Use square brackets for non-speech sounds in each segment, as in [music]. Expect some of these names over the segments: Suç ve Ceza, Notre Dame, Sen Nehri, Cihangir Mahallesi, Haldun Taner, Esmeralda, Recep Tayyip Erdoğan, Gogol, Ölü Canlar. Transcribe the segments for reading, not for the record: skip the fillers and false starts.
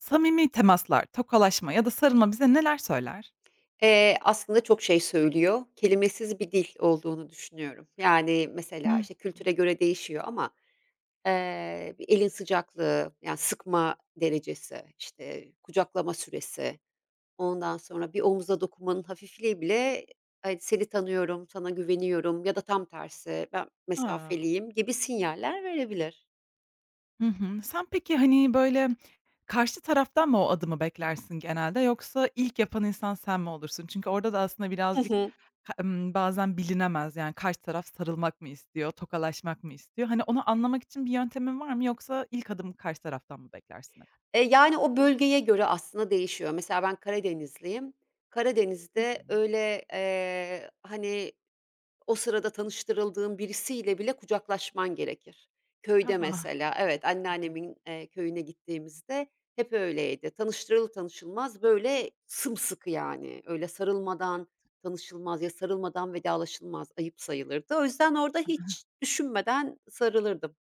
Samimi temaslar, tokalaşma ya da sarılma bize neler söyler? Aslında çok şey söylüyor. Kelimesiz bir dil olduğunu düşünüyorum. Yani, Hı mesela, hı. işte, kültüre göre değişiyor ama, bir elin sıcaklığı, yani, sıkma derecesi, işte, kucaklama süresi, ondan sonra bir omuza dokunmanın hafifliği bile, hani, "Seni tanıyorum, sana güveniyorum." ya da tam tersi, "Ben A! mesafeliyim." gibi sinyaller verebilir. Hı hı. Sen peki, hani, böyle, karşı taraftan mı o adımı beklersin genelde yoksa ilk yapan insan sen mi olursun? Çünkü orada da aslında Hı birazcık hı. ka bazen bilinemez. Yani, karşı taraf sarılmak mı istiyor, tokalaşmak mı istiyor? Hani, onu anlamak için bir yöntemin var mı yoksa ilk adımı karşı taraftan mı beklersin hep? Yani, o bölgeye göre aslında değişiyor. Mesela ben Karadenizliyim. Hı hı. Karadeniz'de öyle, hani o sırada tanıştırıldığın birisiyle bile kucaklaşman gerekir. Köyde A! mesela, evet, Evet. anneannemin, köyüne gittiğimizde hep öyleydi. Tanıştırılır tanışılmaz, böyle, sımsıkı yani. Öyle sarılmadan tanışılmaz ya sarılmadan vedalaşılmaz, ayıp sayılırdı. O yüzden orada hiç düşünmeden sarılırdım.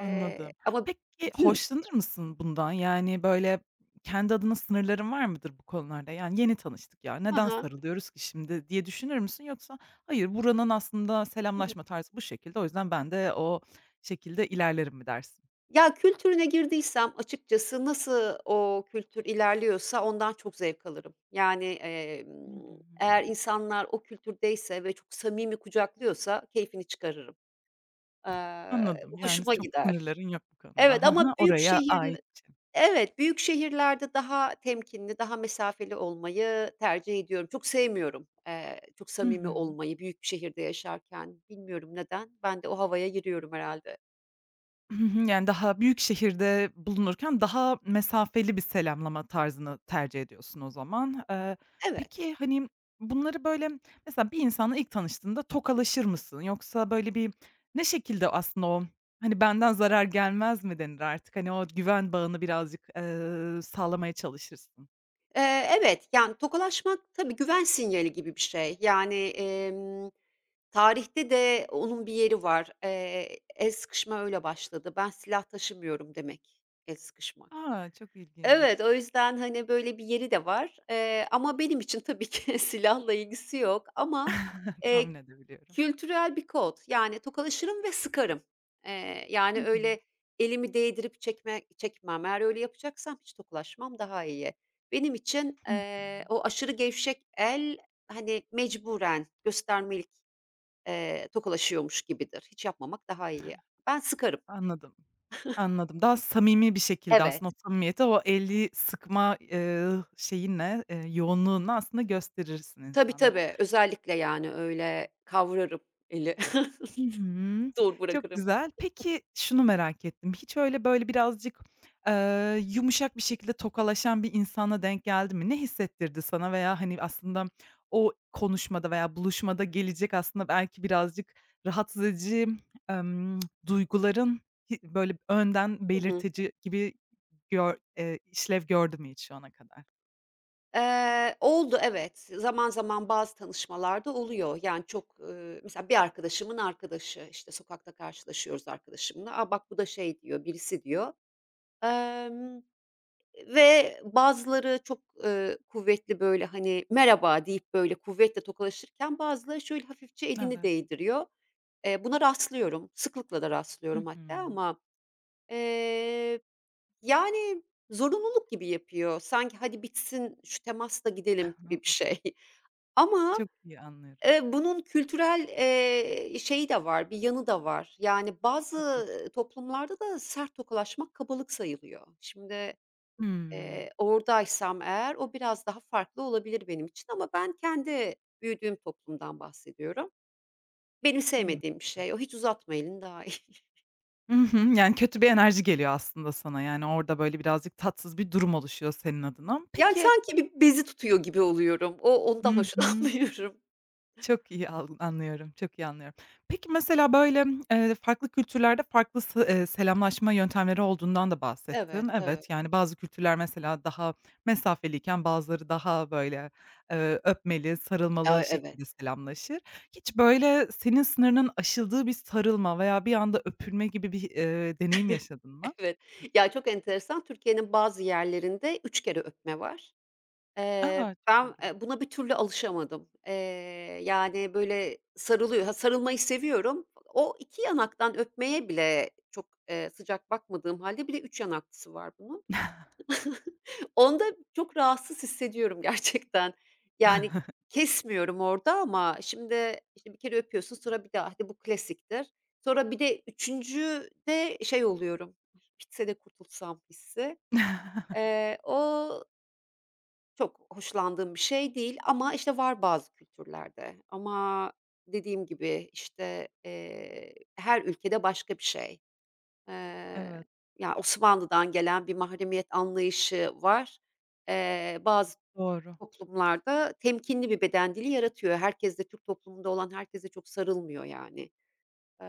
Eee, ama Peki Hıh. hoşlanır mısın bundan? Yani, böyle, kendi adına sınırların var mıdır bu konularda? Yani, "Yeni tanıştık ya, neden Ha, sarılıyoruz ki şimdi?" diye düşünür müsün? Yoksa, "Hayır, buranın aslında selamlaşma tarzı bu şekilde, o yüzden ben de o şekilde ilerlerim." mi dersin? ya, kültürüne girdiysem açıkçası nasıl o kültür ilerliyorsa ondan çok zevk alırım. Yani, Hı hı. eğer insanlar o kültürdeyse ve çok samimi kucaklıyorsa keyfini çıkarırım. Eee, Anladım. Yani, hoşuma çok gider. sınırların yok bu konuda. Evet, Hı ama hı. büyük Oraya ait. şehir. Evet, büyük şehirlerde daha temkinli, daha mesafeli olmayı tercih ediyorum. Çok sevmiyorum, çok Hı samimi hı. olmayı büyük bir şehirde yaşarken. Bilmiyorum neden? Ben de o havaya giriyorum herhalde. Hı hı. Yani, daha büyük şehirde bulunurken daha mesafeli bir selamlama tarzını tercih ediyorsun o zaman. Evet. Peki, hani, bunları, böyle, mesela bir insanla ilk tanıştığında tokalaşır mısın? Yoksa, böyle, bir ne şekilde aslında o, hani, benden zarar gelmez mi denir artık? Hani, o güven bağını birazcık, sağlamaya çalışırsın. Evet, yani, tokalaşmak tabii güven sinyali gibi bir şey. Yani, tarihte de onun bir yeri var. El sıkışma öyle başladı. "Ben silah taşımıyorum." demek, el sıkışmak. Aa, çok Evet, ilginç. o yüzden, hani, böyle bir yeri de var. Ama benim için tabii ki [laughs] silahla ilgisi yok ama, [laughs] Tahmin eee, edebiliyorum. kültürel bir kod. Yani tokalaşırım ve sıkarım. Yani Hı hı. öyle elimi değdirip çekme çekmem. Eğer öyle yapacaksam hiç tokalaşmam daha iyi. Benim için, Hı hı. O aşırı gevşek el, hani, mecburen göstermelik, tokalaşıyormuş gibidir. Hiç yapmamak daha iyi. Ben sıkarım. Anladım. Anladım. Daha samimi bir şekilde Evet. aslında o samimiyeti o eli sıkma, şeyinle, yoğunluğunla aslında gösterirsin Tabii, insanlara. tabii. Özellikle, yani, öyle kavrarım eli, Hı hı. [laughs] zor Çok bırakırım. güzel. Peki şunu merak ettim. Hiç öyle, böyle, birazcık, yumuşak bir şekilde tokalaşan bir insana denk geldi mi? Ne hissettirdi sana veya, hani, aslında o konuşmada veya buluşmada gelecek aslında belki birazcık rahatsız edici, emm, duyguların böyle, önden Hı hı. belirtici gibi gör işlev gördü mü hiç şu ana kadar? Oldu evet. Zaman zaman bazı tanışmalarda oluyor. Yani çok, mesela bir arkadaşımın arkadaşı, işte, sokakta karşılaşıyoruz arkadaşımla. "A, bak bu da şey." diyor, birisi diyor. Emm, ve bazıları çok, kuvvetli, böyle, hani, merhaba deyip, böyle, kuvvetle tokalaşırken bazıları şöyle hafifçe elini Evet. değdiriyor. Buna rastlıyorum. Sıklıkla da Hı rastlıyorum hı. hatta ama Eee, yani, zorunluluk gibi yapıyor. Sanki "Hadi bitsin, şu temasla gidelim." gibi bir [laughs] şey. [laughs] Ama, Çok iyi anlıyorum. Bunun kültürel, şeyi de var, bir yanı da var. Yani, bazı, Tabii ki. Toplumlarda da sert tokalaşmak kabalık sayılıyor. Şimdi, Hımm. Oradaysam eğer o biraz daha farklı olabilir benim için ama ben kendi büyüdüğüm toplumdan bahsediyorum. Benim Anladım. sevmediğim bir şey o. Hiç uzatma elini daha iyi. Hı hı. Yani, kötü bir enerji geliyor aslında sana. Yani, orada, böyle, birazcık tatsız bir durum oluşuyor senin adına. Yani, Peki. sanki bir bezi tutuyor gibi oluyorum. O ondan [laughs] Hı hı. hoşlanmıyorum. Çok iyi anlıyorum, çok iyi anlıyorum. Peki, mesela, böyle, farklı kültürlerde farklı se selamlaşma yöntemleri olduğundan da Evet, bahsettin. evet. Evet, yani, bazı kültürler, mesela, daha mesafeliyken bazıları daha, böyle, öpmeli, Ya, sarılmalı şekilde evet. selamlaşır. Hiç, böyle, senin sınırının aşıldığı bir sarılma veya bir anda öpülme gibi bir, deneyim yaşadın [laughs] mı? Evet. Ya, çok enteresan. Türkiye'nin bazı yerlerinde 3 kere öpme var. Eee, A! Çok ben, ilginç. Buna bir türlü alışamadım. Yani, böyle sarılıyor. Ha, sarılmayı seviyorum. O 2 yanaktan öpmeye bile çok, sıcak bakmadığım hâlde bir de 3 yanaklısı var bunun. Onda çok rahatsız hissediyorum [laughs] gerçekten. Yani [laughs] kesmiyorum orada ama şimdi, işte, bir kere öpüyorsun, sonra bir daha, hadi bu klasiktir. Sonra bir de üçüncü de şey oluyorum, bitse de kurtulsam hissi. O çok hoşlandığım bir şey değil ama, işte, var bazı kültürlerde ama dediğim gibi, işte, her ülkede başka bir şey. Eee, Evet, ya, Osmanlı'dan gelen bir mahremiyet anlayışı var. Bazı doğru. toplumlarda temkinli bir beden dili yaratıyor. Herkes de Türk toplumunda olan herkese çok sarılmıyor yani.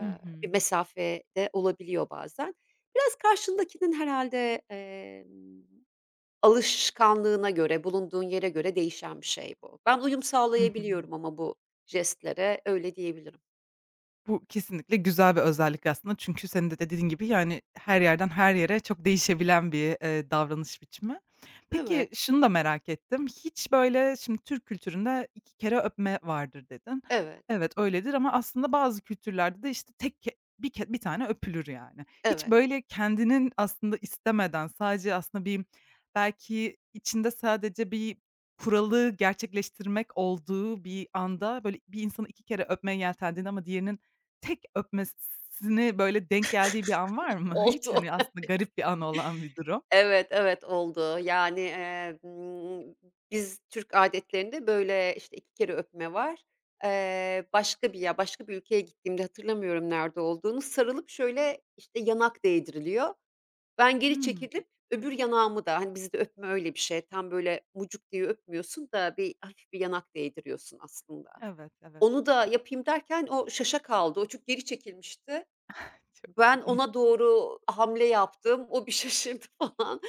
Hı bir hı. mesafe de olabiliyor bazen. Biraz karşındakinin herhâlde, alışkanlığına göre, bulunduğun yere göre değişen bir şey bu. Ben uyum Hı hı. sağlayabiliyorum ama bu jestlere, öyle diyebilirim. Bu kesinlikle güzel bir özellik aslında çünkü senin de dediğin gibi, yani, her yerden her yere çok değişebilen bir, davranış biçimi. Peki, Evet, şunu da merak ettim. Hiç, böyle, şimdi Türk kültüründe 2 kere öpme vardır dedin. evet, Evet, öyledir ama aslında bazı kültürlerde de, işte, tek ke bir tane öpülür, yani. Hiç, evet. böyle, kendinin aslında istemeden sadece aslında bir belki içinde sadece bir kuralı gerçekleştirmek olduğu bir anda, böyle, bir insanı 2 kere öpmeye yeltendiğinde ama diğerinin tek öpmesini, böyle, denk geldiği bir an var mı hiç? Oldu. Hani, aslında garip bir an olan bir durum. Evet, evet oldu. Yani, biz Türk adetlerinde, böyle, işte, 2 kere öpme var. Başka bir ülkeye gittiğimde hatırlamıyorum nerede olduğunu, sarılıp şöyle, işte, yanak değdiriliyor. Ben geri Hımm. çekilip öbür yanağımı da, hani, bizde öpme öyle bir şey, tam böyle mucuk diye öpmüyorsun da bir hafif bir yanak değdiriyorsun aslında. Evet, evet. Onu da yapayım derken o şaşakaldı. O çok geri çekilmişti. [laughs] Çok Ben ilginç. ona doğru hamle yaptım. O bir şaşırdı [laughs] falan.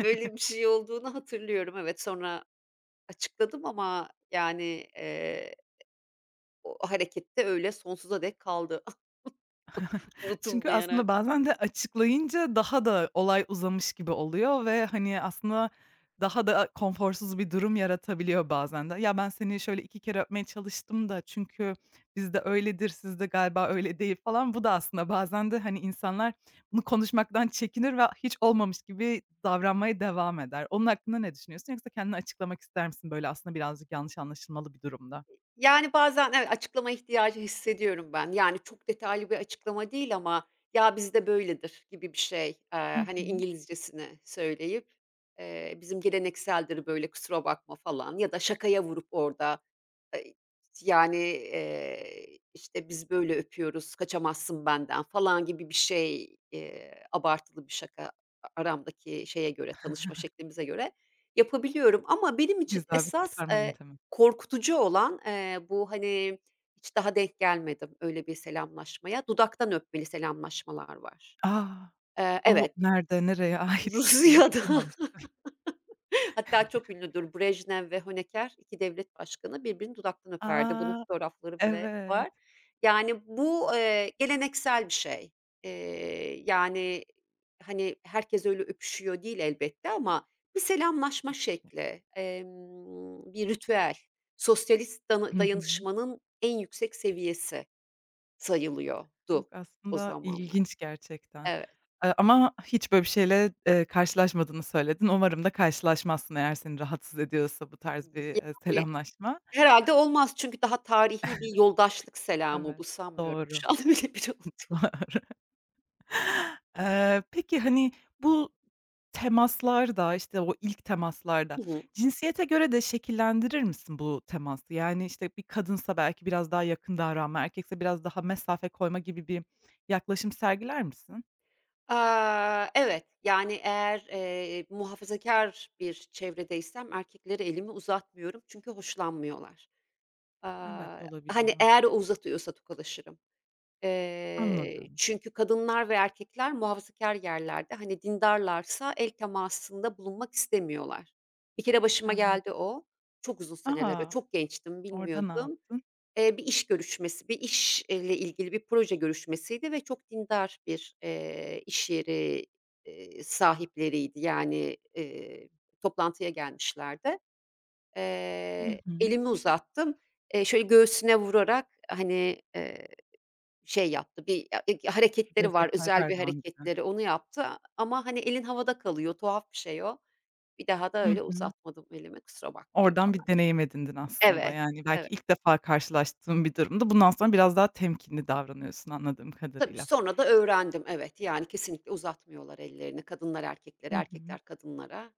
Öyle bir şey olduğunu hatırlıyorum. Evet, sonra açıkladım ama yani, eee, o harekette öyle sonsuza dek kaldı [laughs] Çünkü unutulmayarak. aslında bazen de açıklayınca daha da olay uzamış gibi oluyor ve, hani, aslında daha da konforsuz bir durum yaratabiliyor bazen de. "Ya, ben seni şöyle 2 kere öpmeye çalıştım da çünkü bizde öyledir, sizde galiba öyle değil." falan. Bu da aslında bazen de, hani, insanlar bunu konuşmaktan çekinir ve hiç olmamış gibi davranmaya devam eder. Onun hakkında ne düşünüyorsun? Yoksa kendini açıklamak ister misin böyle aslında birazcık yanlış anlaşılmalı bir durumda? Yani, bazen evet, açıklama ihtiyacı hissediyorum ben. Yani, çok detaylı bir açıklama değil ama "Ya, bizde böyledir." gibi bir şey. Eee, Hı hani, hı. İngilizcesini söyleyip, "Bizim gelenekseldir böyle, kusura bakma." falan ya da şakaya vurup orada, Eee, yani, işte, "Biz böyle öpüyoruz, kaçamazsın benden." falan gibi bir şey, abartılı bir şaka aramdaki şeye göre, tanışma şeklimize göre yapabiliyorum ama benim için Güzel bir esas, kurtarma yöntemi. korkutucu olan, bu, hani, hiç daha denk gelmedim öyle bir selamlaşmaya. Dudaktan öpmeli selamlaşmalar var. A! Eee, O evet, nerede, nereye [laughs] [laughs] ait bir şey hiç Rusya'da. duymamıştım. Hatta çok ünlüdür. Brejnev ve Honecker 2 devlet başkanı birbirini dudaktan öperdi. Bunun A! fotoğrafları bile Evet. var. Yani bu, geleneksel bir şey. Yani, hani, herkes öyle öpüşüyor değil elbette ama bir selamlaşma şekli, bir ritüel, sosyalist Hı hı. dayanışmanın en yüksek seviyesi Yok, sayılıyordu o aslında zamanlar. ilginç gerçekten. Evet. Ama hiç böyle bir şeyle, karşılaşmadığını söyledin. Umarım da karşılaşmazsın eğer seni rahatsız ediyorsa bu tarz bir, Yani selamlaşma. herhâlde olmaz çünkü daha tarihi bir yoldaşlık selamı bu, Evet, sanmıyorum doğru. şu an öyle biri olduğunu. [laughs] Peki, hani, bu temaslarda, işte, o ilk temaslarda Hı hı. cinsiyete göre de şekillendirir misin bu teması? Yani, işte, bir kadınsa belki biraz daha yakın davranma, erkekse biraz daha mesafe koyma gibi bir yaklaşım sergiler misin? Aaa, evet, yani eğer, muhafazakâr bir çevredeysem erkeklere elimi uzatmıyorum çünkü hoşlanmıyorlar. Evet, Aaa, hani, olabiliyor. eğer o uzatıyorsa tokalaşırım. Eee, Anladım. çünkü kadınlar ve erkekler muhafazakâr yerlerde, hani, dindarlarsa el temasında bulunmak istemiyorlar. Bir kere başıma Evet. geldi o. Çok uzun seneler A! çok gençtim, Orada ne bilmiyordum. yaptın? Bir iş görüşmesi, bir iş ile ilgili bir proje görüşmesiydi ve çok dindar bir, iş yeri, sahipleriydi. Yani, toplantıya gelmişlerdi. Hı Eee, hı. elimi uzattım. Şöyle göğsüne vurarak, hani, şey yaptı, bir ya hareketleri var, Recep Tayyip özel bir Erdoğan gibi. hareketleri, onu yaptı ama, hani, elin havada kalıyor, tuhaf bir şey o. Bir daha da Hı öyle hı. uzatmadım elimi, kusura bakmayın Oradan bir falan. deneyim edindin aslında. Evet, Yani, belki evet. ilk defa karşılaştığın bir durumda bundan sonra biraz daha temkinli davranıyorsun anladığım Tabii, kadarıyla. sonra da öğrendim, evet. Yani, kesinlikle uzatmıyorlar ellerini. Kadınlar erkeklere, Hı hı. erkekler kadınlara,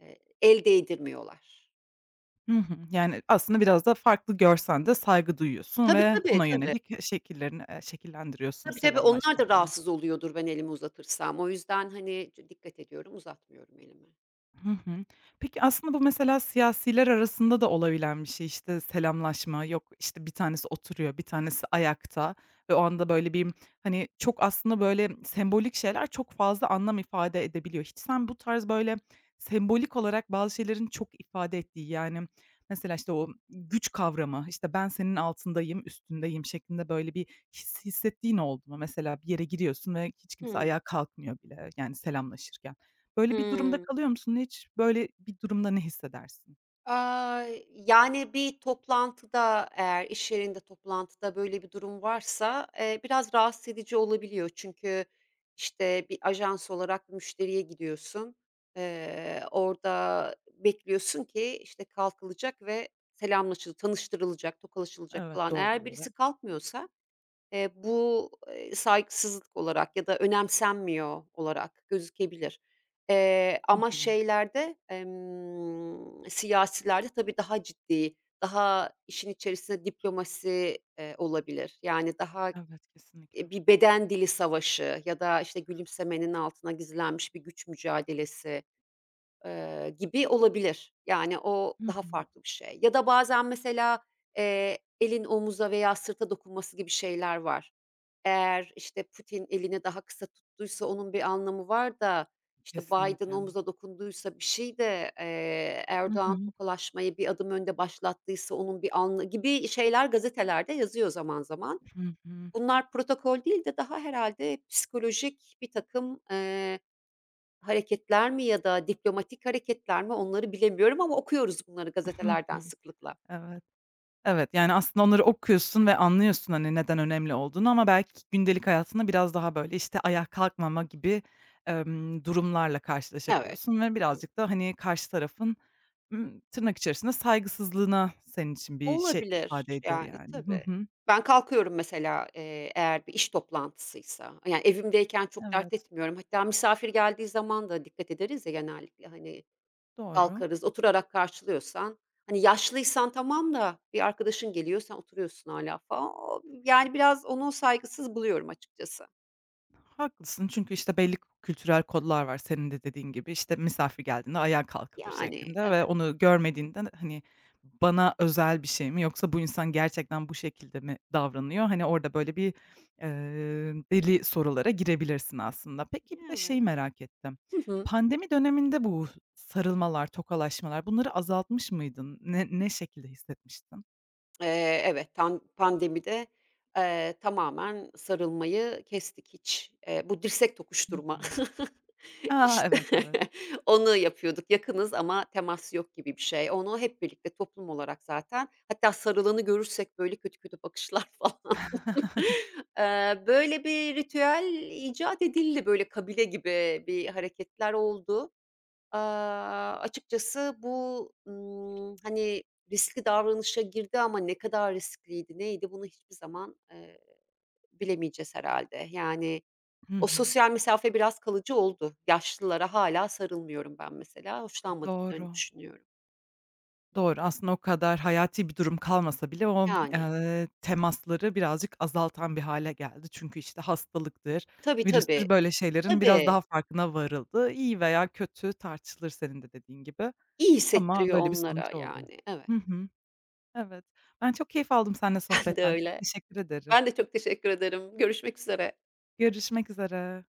el değdirmiyorlar. Hı hı. Yani, aslında biraz da farklı görsen de saygı duyuyorsun Tabii, ve tabii, ona tabii. yönelik, şekillerini, şekillendiriyorsun Tabii, tabii, onlar da selamlaşmalarını. rahatsız oluyordur ben elimi uzatırsam. O yüzden, hani, dikkat ediyorum, uzatmıyorum elimi. Hı hı. Peki, aslında bu mesela siyasiler arasında da olabilen bir şey. İşte, selamlaşma, yok, işte, bir tanesi oturuyor, bir tanesi ayakta ve o anda, böyle, bir, hani, çok aslında, böyle, sembolik şeyler çok fazla anlam ifade edebiliyor. Hiç sen bu tarz, böyle, sembolik olarak bazı şeylerin çok ifade ettiği, yani, mesela, işte, o güç kavramı, işte, "Ben senin altındayım, üstündeyim." şeklinde, böyle, bir his hissettiğin oldu mu? Mesela bir yere giriyorsun ve hiç kimse Hımm. ayağa kalkmıyor bile, yani, selamlaşırken. Böyle bir durumda Hımm. kalıyor musun? Hiç böyle bir durumda ne hissedersin? Aaa, yani, bir toplantıda eğer iş yerinde toplantıda böyle bir durum varsa, biraz rahatsız edici olabiliyor. Çünkü, işte, bir ajans olarak müşteriye gidiyorsun. Orada bekliyorsun ki, işte, kalkılacak ve tanıştırılacak, tokalaşılacak Evet. falan. Doğal Eğer birisi olarak? kalkmıyorsa, bu, saygısızlık olarak ya da önemsenmiyor olarak gözükebilir. Eee, Hı ama hı. şeylerde, siyasilerde tabii daha ciddi, daha işin içerisinde diplomasi, olabilir. Yani daha, Evet, kesinlikle. Bir beden dili savaşı ya da, işte, gülümsemenin altına gizlenmiş bir güç mücadelesi gibi olabilir. Yani o Hı daha hı. farklı bir şey. Ya da bazen mesela, elin omuza veya sırta dokunması gibi şeyler var. Eğer, işte, Putin elini daha kısa tuttuysa onun bir anlamı var da, işte, Biden Kesinlikle. omuza dokunduysa bir şey de, Hı Erdoğan hı. tokalaşmayı bir adım önde başlattıysa onun bir gibi şeyler gazetelerde yazıyor zaman zaman. Hı hı. Bunlar protokol değil de daha herhalde psikolojik bir takım hareketler mi ya da diplomatik hareketler mi onları bilemiyorum ama okuyoruz bunları Hı gazetelerden hı. sıklıkla. Evet. Evet, yani, aslında onları okuyorsun ve anlıyorsun, hani, neden önemli olduğunu ama belki gündelik hayatında biraz daha, böyle, işte, ayağa kalkmama gibi, durumlarla Evet. karşılaşabiliyorsun ve Evet. birazcık da, hani, karşı tarafın, tırnak içerisinde "saygısızlığına" senin için bir şey ifade Olabilir, ediyor, yani, yani. Hı tabii. hı. Ben kalkıyorum mesela, eğer bir iş toplantısıysa. Yani, evimdeyken çok dert Evet, etmiyorum. Hatta misafir geldiği zaman da dikkat ederiz ya genellikle, hani, doğru. kalkarız, oturarak karşılıyorsan, hani, yaşlıysan tamam da bir arkadaşın geliyor, sen oturuyorsun hala falan. O yani, biraz onu saygısız buluyorum açıkçası. Haklısın çünkü, işte, belli kültürel kodlar var senin de dediğin gibi. İşte misafir geldiğinde ayağa kalkılır Yani, şeklinde evet. ve onu görmediğinde, hani, bana özel bir şey mi yoksa bu insan gerçekten bu şekilde mi davranıyor? Hani, orada böyle bir, deli sorulara girebilirsin aslında. Peki, bir de Evet. şeyi merak ettim. Hı hı. Pandemi döneminde bu sarılmalar, tokalaşmalar bunları azaltmış mıydın? Ne ne şekilde hissetmiştin? Evet, pandemide, tamamen sarılmayı kestik hiç. Bu dirsek Hı tokuşturma, hı. [laughs] A! işte, Evet, evet. [laughs] onu yapıyorduk. Yakınız ama temas yok gibi bir şey. Onu hep birlikte toplum olarak zaten hatta sarılanı görürsek böyle kötü kötü bakışlar [laughs] falan. [laughs] Böyle bir ritüel icat edildi, böyle kabile gibi bir hareketler oldu. Aaa, açıkçası bu, hani, riskli davranışa girdi ama ne kadar riskliydi, neydi bunu hiçbir zaman, bilemeyeceğiz herhalde. Yani, Hı o hı. sosyal mesafe biraz kalıcı oldu. Yaşlılara hala sarılmıyorum ben mesela, hoşlanmadıklarını Doğru. düşünüyorum. Doğru, aslında o kadar hayati bir durum kalmasa bile o, Yani, temasları birazcık azaltan bir hale geldi. Çünkü, işte, hastalıktır, tabii, tabii, virüstür, böyle şeylerin biraz daha tabii. farkına varıldı. İyi veya kötü tartışılır senin de dediğin gibi İyi ama hissettiriyor böyle bir onlara sonucu oldu. yani. Evet, Hı hı. Evet. Ben çok keyif aldım seninle [laughs] ben de sohbetten. Çok öyle. teşekkür ederim. Ben de çok teşekkür ederim. Görüşmek üzere. Görüşmek üzere.